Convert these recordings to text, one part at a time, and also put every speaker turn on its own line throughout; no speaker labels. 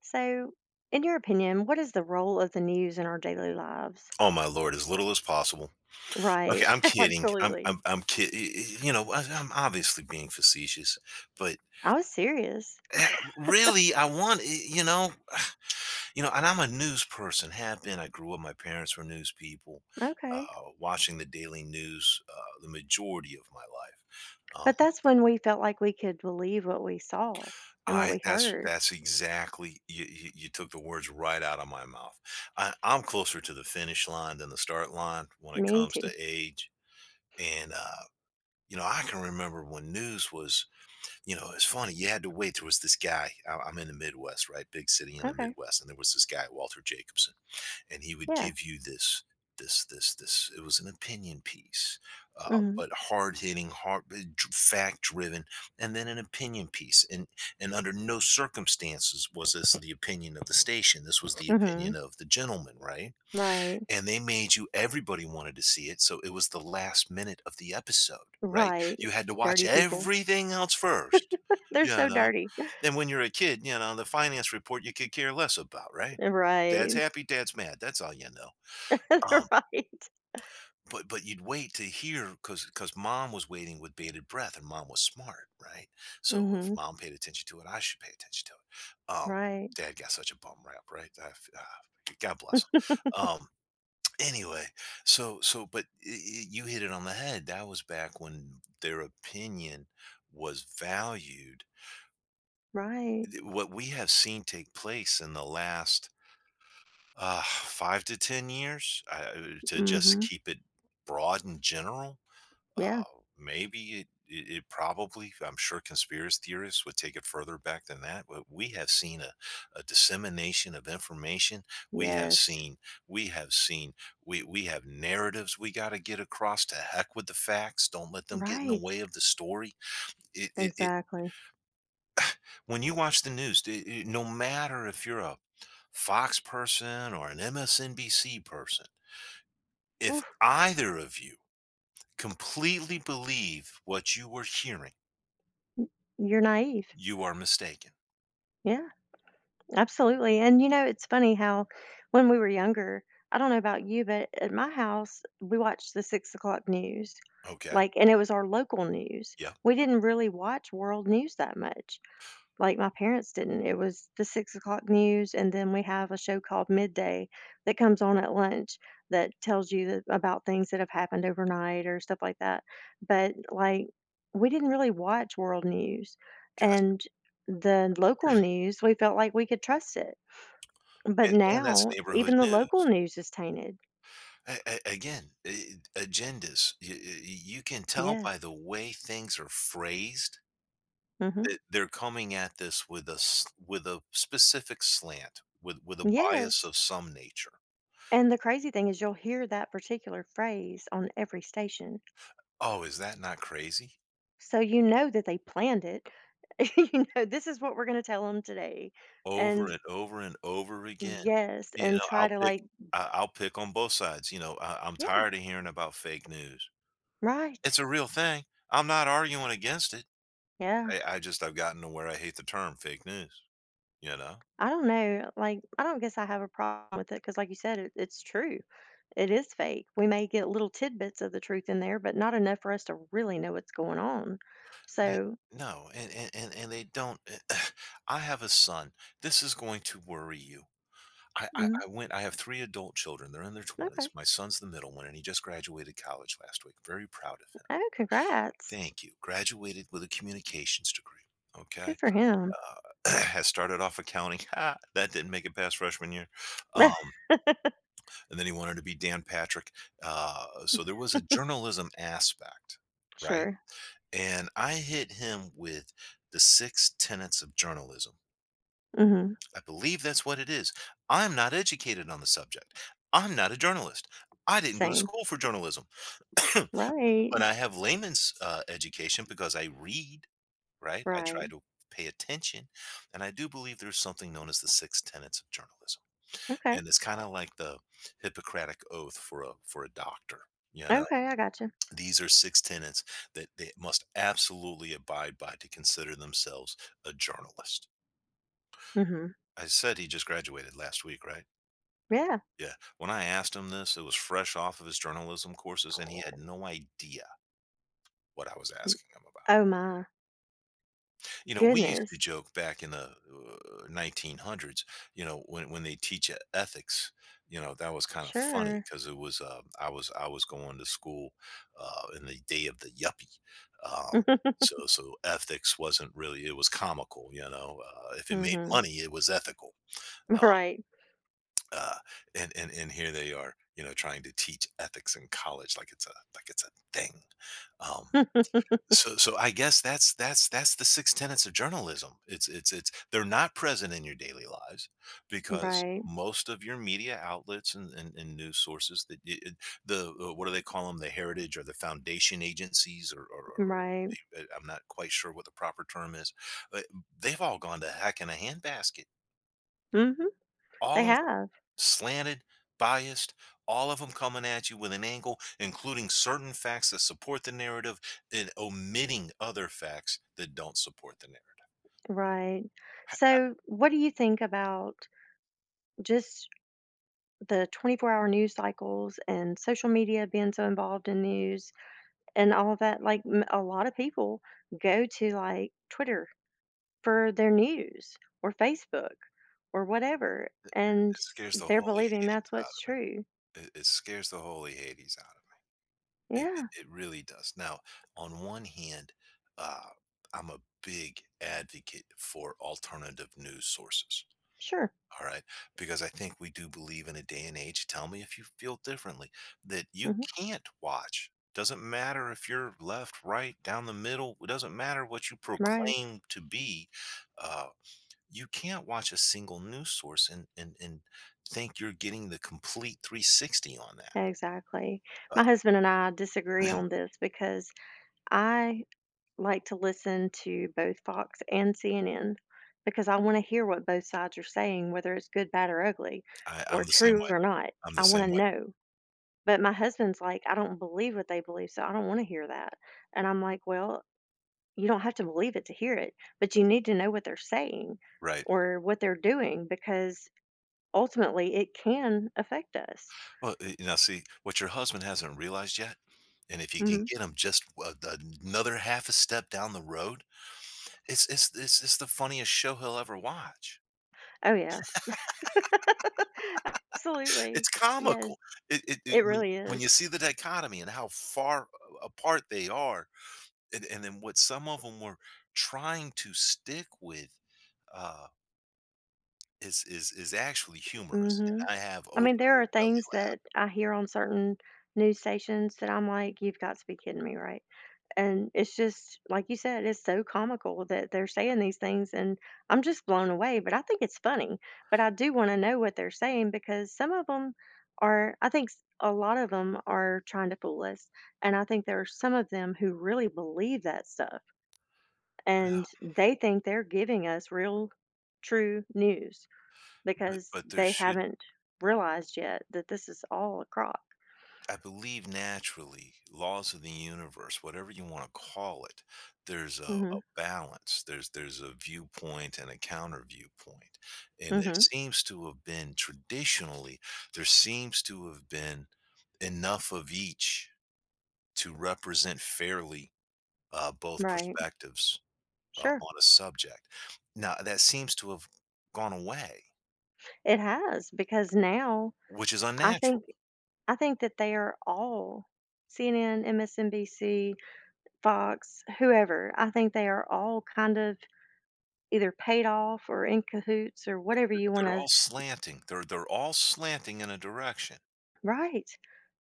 So, in your opinion, what is the role of the news in our daily lives?
Oh my lord, as little as possible. Okay,
Right.
I'm kidding.
Absolutely.
I'm kid you know, I I'm obviously being facetious, but,
I was serious.
eh, really, I want I you know, and I'm a news person, have been. I grew up, my parents were news people,
Okay.
uh, watching the daily news the majority of my life.
But
Um,
that's when we felt like we could believe what we saw and what
I
we
that's
heard.
that's exactly, you took the words right out of my mouth. I'm closer to the finish line than the start line when it
Me
comes to
too.
age, and you know, I can remember when news was, you know, it's funny. You had to wait. There was this guy. I'm in the Midwest, right? Big city in the
Okay.
Midwest, and there was this guy, Walter Jacobson, and he would
Yeah.
give you this. It was an opinion piece,
Mhm.
but hard hitting, hard, fact driven, and then an opinion piece. And under no circumstances was this the opinion of the station. This was the opinion
Mhm.
of the gentleman, right?
Right.
And they made you, everybody wanted to see it, so it was the last minute of the episode, right?
Right.
You had to watch
Dirty people.
everything else first,
They're
you
so
know?
dirty.
And when you're a kid, you know, the finance report you could care less about, right? Dad's
Right.
happy, dad's mad, that's all you know. Um,
Right.
but you'd wait to hear, because mom was waiting with bated breath, and mom was smart, right? So if
Mhm.
mom paid attention to it, I should pay attention to it.
Right.
Dad got such a bum rap, right? I f God bless him. Um anyway, you hit it on the head. That was back when their opinion was valued.
Right.
What we have seen take place in the last 5 to 10 years, to just
Mhm.
keep it broad and general,
Yeah.
maybe it probably, I'm sure conspiracy theorists would take it further back than that, but we have seen a dissemination of information. We have
Yes.
seen, we have seen, we have narratives we got to get across. To heck with the facts. Don't let them get in the
Right.
way of the story. It
Exactly.
when you watch the news, no matter if you're a Fox person or an MSNBC person, if
Oof.
either of you completely believe what you were hearing,
You're naive.
you are mistaken.
Yeah, absolutely, and you know, it's funny how when we were younger, I don't know about you, but at my house, we watched the 6 o'clock news,
Okay.
like and it was our local news.
Yeah.
We didn't really watch world news that much like my parents didn't. It was the 6 o'clock news, and then we have a show called Midday that comes on at lunch that tells you that, about things that have happened overnight or stuff like that. But like, we didn't really watch world news,
Gotcha.
and the local news, we felt like we could trust it. But
And that's
now,
neighborhood
even the local
news.
news is tainted.
A again, a agendas. Y you can tell
Yes.
by the way things are phrased
Hmm.
that they're coming at this with a specific slant, with a bias
Yes.
of some nature.
And the crazy thing is, you'll hear that particular phrase on every station.
Oh, is that not crazy?
So you know that they planned it. You know, this is what we're gonna tell them today,
Over
and
and over and over again.
yes,
You
and
know,
try
I'll
to,
pick,
like,
I'll pick on both sides. You know, I'm
yeah,
tired of hearing about fake news.
right,
It's a real thing. I'm not arguing against it.
yeah.
I've gotten to where I hate the term fake news, you know?
I don't know, like, I don't guess I have a problem with it because, like you said, it's true. It is fake. We may get little tidbits of the truth in there, but not enough for us to really know what's going on.
They
So.
No, and they don't. I have a son. This is going to worry you.
Mhm.
I have 3 adult children. They're in their
Okay.
20s. My son's the middle one, and he just graduated college last week. Very proud of him.
Oh, congrats.
Thank you. Graduated with a communications degree,
Good
okay?
for him.
Has started off accounting. Ha! That didn't make it past freshman year. Um, and then he wanted to be Dan Patrick. So there was a journalism aspect, right?
Sure.
And I hit him with the six tenets of journalism.
Mhm.
I believe that's what it is. I'm not educated on the subject. I'm not a journalist. I didn't go to
Same.
school for journalism,
Right.
but I have layman's education because I read, right? I try
Right.
to pay attention. And I do believe there's something known as the six tenets of journalism.
Okay.
And it's kind of like the Hippocratic oath for a doctor, you know?
Okay, I gotcha.
These are six tenets that they must absolutely abide by to consider themselves a journalist.
Mhm.
I said he just graduated last week, right?
Yeah.
Yeah. When I asked him this, it was fresh off of his journalism courses, and he had no idea what I was asking him about.
Oh my
You know, we used to
goodness.
joke back in the 1900s, you know, when they teach ethics. You know, that was kind of funny
Sure.
because it was, I was going to school in the day of the yuppie. Um, Ethics wasn't really, it was comical, you know. If it made
Mhm.
money, it was ethical. Uh,
Right.
uh, and here they are, you know, trying to teach ethics in college like it's a thing. Um, I guess that's the 6 tenets of journalism. It's They're not present in your daily lives, because
Right.
most of your media outlets and news sources that the what do they call them, the heritage or the foundation agencies, or the-
Right.
I'm not quite sure what the proper term is. uh, They've all gone to heck in a handbasket.
Mhm.
All
They
of them
have.
slanted, biased, all of them coming at you with an angle, including certain facts that support the narrative and omitting other facts that don't support the narrative.
Right. So, what do you think about just the 24-hour news cycles and social media being so involved in news and all of that? Like, m a lot of people go to, like, Twitter for their news or Facebook or whatever,
It
and
scares the
they're
holy
believing
Hades
that's
out
what's
of
true.
me. It scares the holy Hades out of me. It
Yeah.
it it really does. Now, on one hand, uh, I'm a big advocate for alternative news sources.
Sure.
All right. Because I think we do believe in a day and age, tell me if you feel differently, that you
Mhm.
can't watch. Doesn't matter if you're left, right, down the middle. It doesn't matter what you
Right.
proclaim to be. Uh, you can't watch a single news source and, and think you're getting the complete 360 on that.
Exactly.
Uh,
My husband and I disagree on this because I like to listen to both Fox and CNN because I want to hear what both sides are saying, whether it's good, bad, or ugly,
I, I'm
or
the same
true
way.
or not.
I'm the
I want
same
to
way.
know. But my husband's like, I don't believe what they believe, so I don't want to hear that. And I'm like, well, you don't have to believe it to hear it, but you need to know what they're saying
Right.
or what they're doing because ultimately it can affect us.
Well, you know, see, what your husband hasn't realized yet, and if you can
Hmm.
get him just another half a step down the road, it's the funniest show he'll ever watch.
Oh, yeah. Absolutely.
It's
Yes,
comical. It
it really
when
is.
you see the dichotomy and how far a apart they are, and then what some of them were trying to stick with, uh, is actually humorous,
Mhm.
and I have
I mean, there
openly
are
belly
things
laughed.
that I hear on certain news stations that I'm like, "You've got to be kidding me," right? And it's just like you said, it's so comical that they're saying these things, and I'm just blown away, but I think it's funny. But I do wanna know what they're saying because some of them are I think s a lot of them are trying to fool us, and I think there are some of them who really believe that stuff. And they think they're giving us real, true news because
But there
they
should
haven't realized yet that this is all a crock.
I believe naturally, laws of the universe, whatever you want to call it, there's a
Mhm.
balance. There's a viewpoint and a counter viewpoint, and there
Mhm.
seems to have been traditionally, there seems to have been enough of each to represent fairly both
Right.
perspectives
Sure.
on a subject. Now that seems to have gone away,
It has because now
which is
I think
unnatural.
I think that they are all CNN, MSNBC, Fox, whoever. I think they are all kind of either paid off or in cahoots or whatever you want
They're
to.
all slanting. They're all slanting in a direction.
Right.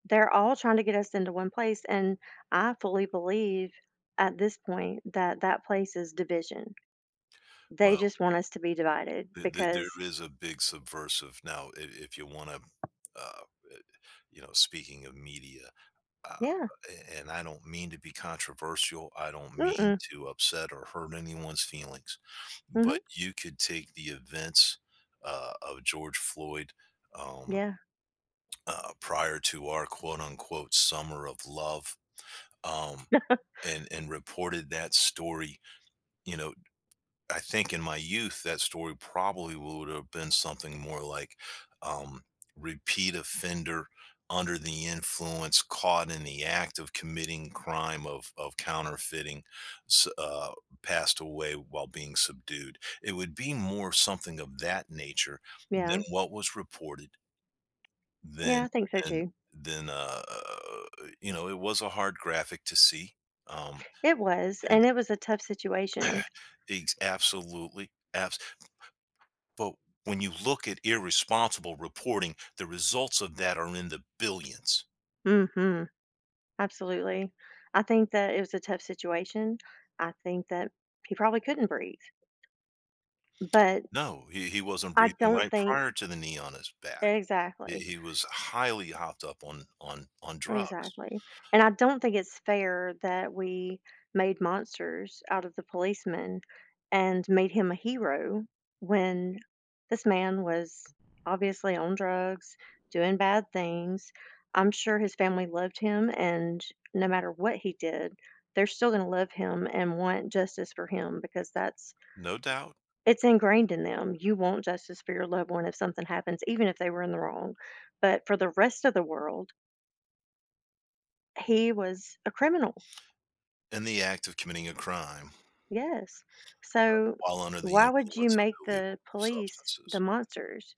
They're all trying to get us into one place, and I fully believe at this point that that place is division. They
Well
just want us to be divided
Th th
because,
there is a big subversive now, I if you wanna, uh, eh, you know, speaking of media, uh,
yeah.
a and I don't mean to be controversial, I don't mean
Mm-mm.
to upset or hurt anyone's feelings,
Mhm.
but you could take the events, of George Floyd, um,
Yeah,
prior to our quote, unquote, "summer of love," um, and reported that story, you know, I think in my youth, that story probably would have been something more like, um, repeat offender, under the influence, caught in the act of committing crime of counterfeiting, s- uh, passed away while being subdued. It would be more something of that nature than
yeah,
what was reported, than,
yeah, I think so
than,
too.
than you know. It was a hard graphic to see. Um,
It was,
and
and it was a tough situation.
absolutely. Absolutely. But when you look at irresponsible reporting, the results of that are in the billions.
Mm hmm. Absolutely. I think that it was a tough situation. I think that he probably couldn't breathe, but
No, he wasn't
I
breathing
don't
right
think.
prior to the knee on his back. He
Exactly.
he was highly hopped up on, on drugs,
Exactly, and I don't think it's fair that we made monsters out of the policeman and made him a hero when this man was obviously on drugs, doing bad things. I'm sure his family loved him, and no matter what he did, they're still gonna love him and want justice for him because that's
no doubt,
it's ingrained in them. You want justice for your loved one if something happens, even if they were in the wrong, but for the rest of the world he was a criminal,
in the act of committing a crime
yes. So,
while under the
why would you
influence of
make the
illegal
police
substances.
the monsters?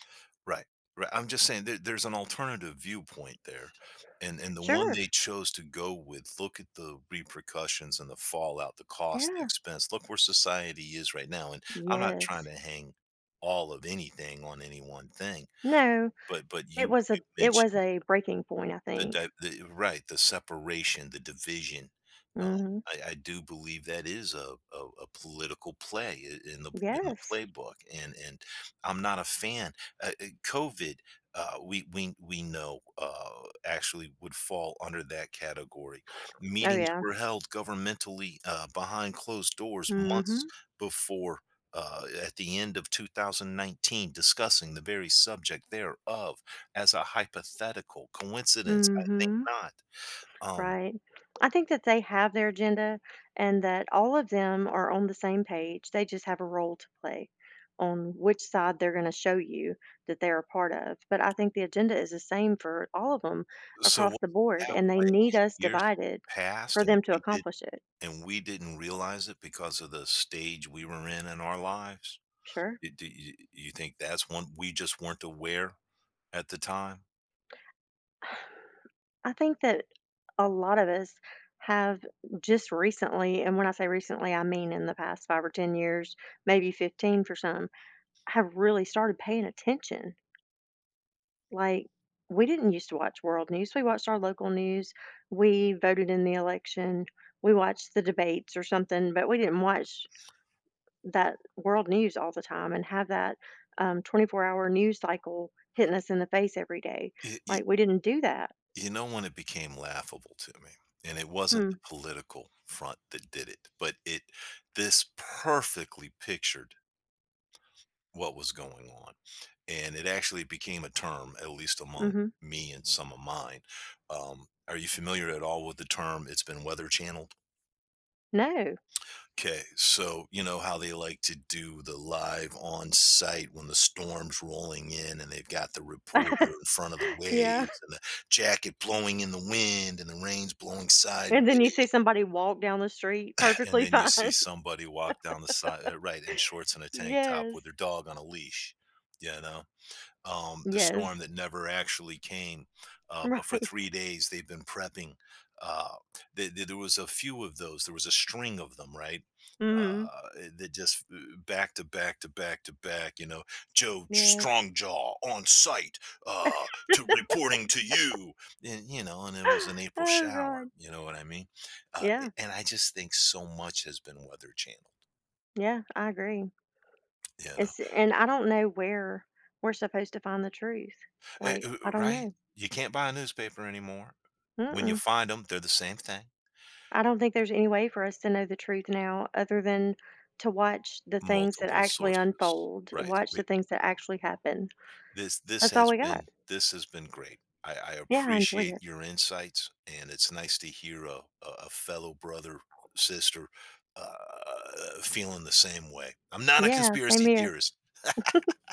Right, right. I'm just saying there's an alternative viewpoint there, and the one
Sure,
they chose to go with, look at the repercussions and the fallout, the cost, the
yeah,
expense. Look where society is right now, and I'm not trying
yes.
to hang all of anything on any one thing,
No,
but
it
you
was a
you
it was
mentioned
a breaking point, I think.
the right, the separation, the division. Uh,
Mhm.
I do believe that is a political play I in the
Yes.
playbook, and I'm not a fan. COVID, we know, actually would fall under that category.
Oh,
Meetings
yeah.
were held governmentally, behind closed doors months
Mhm.
before, at the end of 2019, discussing the very subject thereof as a hypothetical coincidence. I think
Mhm.
not. Um,
Right. I think that they have their agenda and that all of them are on the same page. They just have a role to play on which side they're going to show you that they're a part of. But I think the agenda is the same for all of them
so was
across the
it
board,
that way
and they
in
need us
years
divided
past
for
and
them to accomplish it.
we didn't realize it because of the stage we were in our lives?
Sure.
Y Do you think that's one we just weren't aware at the time?
I think that a lot of us have just recently, and when I say recently, I mean in the past 5 or 10 years, maybe 15 for some, have really started paying attention. Like, we didn't used to watch world news, we watched our local news, we voted in the election, we watched the debates or something, but we didn't watch that world news all the time and have that, 24-hour news cycle hitting us in the face every day.
Y y
Like, we didn't do that.
You know when it became laughable to me, and it wasn't
Hmm.
the political front that did it, but it this perfectly pictured what was going on. And it actually became a term, at least among
Mhm.
me and some of mine. Are you familiar at all with the term? It's been weather channeled.
No.
Okay, so you know how they like to do the live on site when the storm's rolling in and they've got the reporter in front of the
Yeah,
waves and the jacket blowing in the wind and the rain's blowing
and then you see
sideways.
somebody walk down the street
And
perfectly
then you
fine.
see somebody walk down the side, right, in shorts and a tank top
Yes.
with their dog on a leash, you know? Um, the storm
Yes.
that never actually came. But for three
Right.
days, they've been prepping. Uh, there was a few of those. There was a string of them, right?
Mhm.
That just, back to back to back to back. You know, Joe
Yes.
Strongjaw on site, uh, to reporting to you, and, you know, and it was an April
Oh
shower.
god.
You know what I mean? Uh,
Yeah.
and I just think so much has been weather channel.
Yeah, I agree.
You know.
It's and I don't know where we're supposed to find the truth. Like, I don't
Right?
know.
You can't buy a newspaper anymore. When you
Mm-mm.
find them, they're the same thing.
I don't think there's any way for us to know the truth now other than to watch the things that
Multiple
actually
sources.
unfold,
Right.
watch the things that actually happen. That's all we got.
This has been great. I
Yeah, I enjoyed
appreciate
it.
your insights, and it's nice to hear a fellow brother, sister, feeling the same way. I'm not a
Yeah, same
conspiracy
here.
theorist.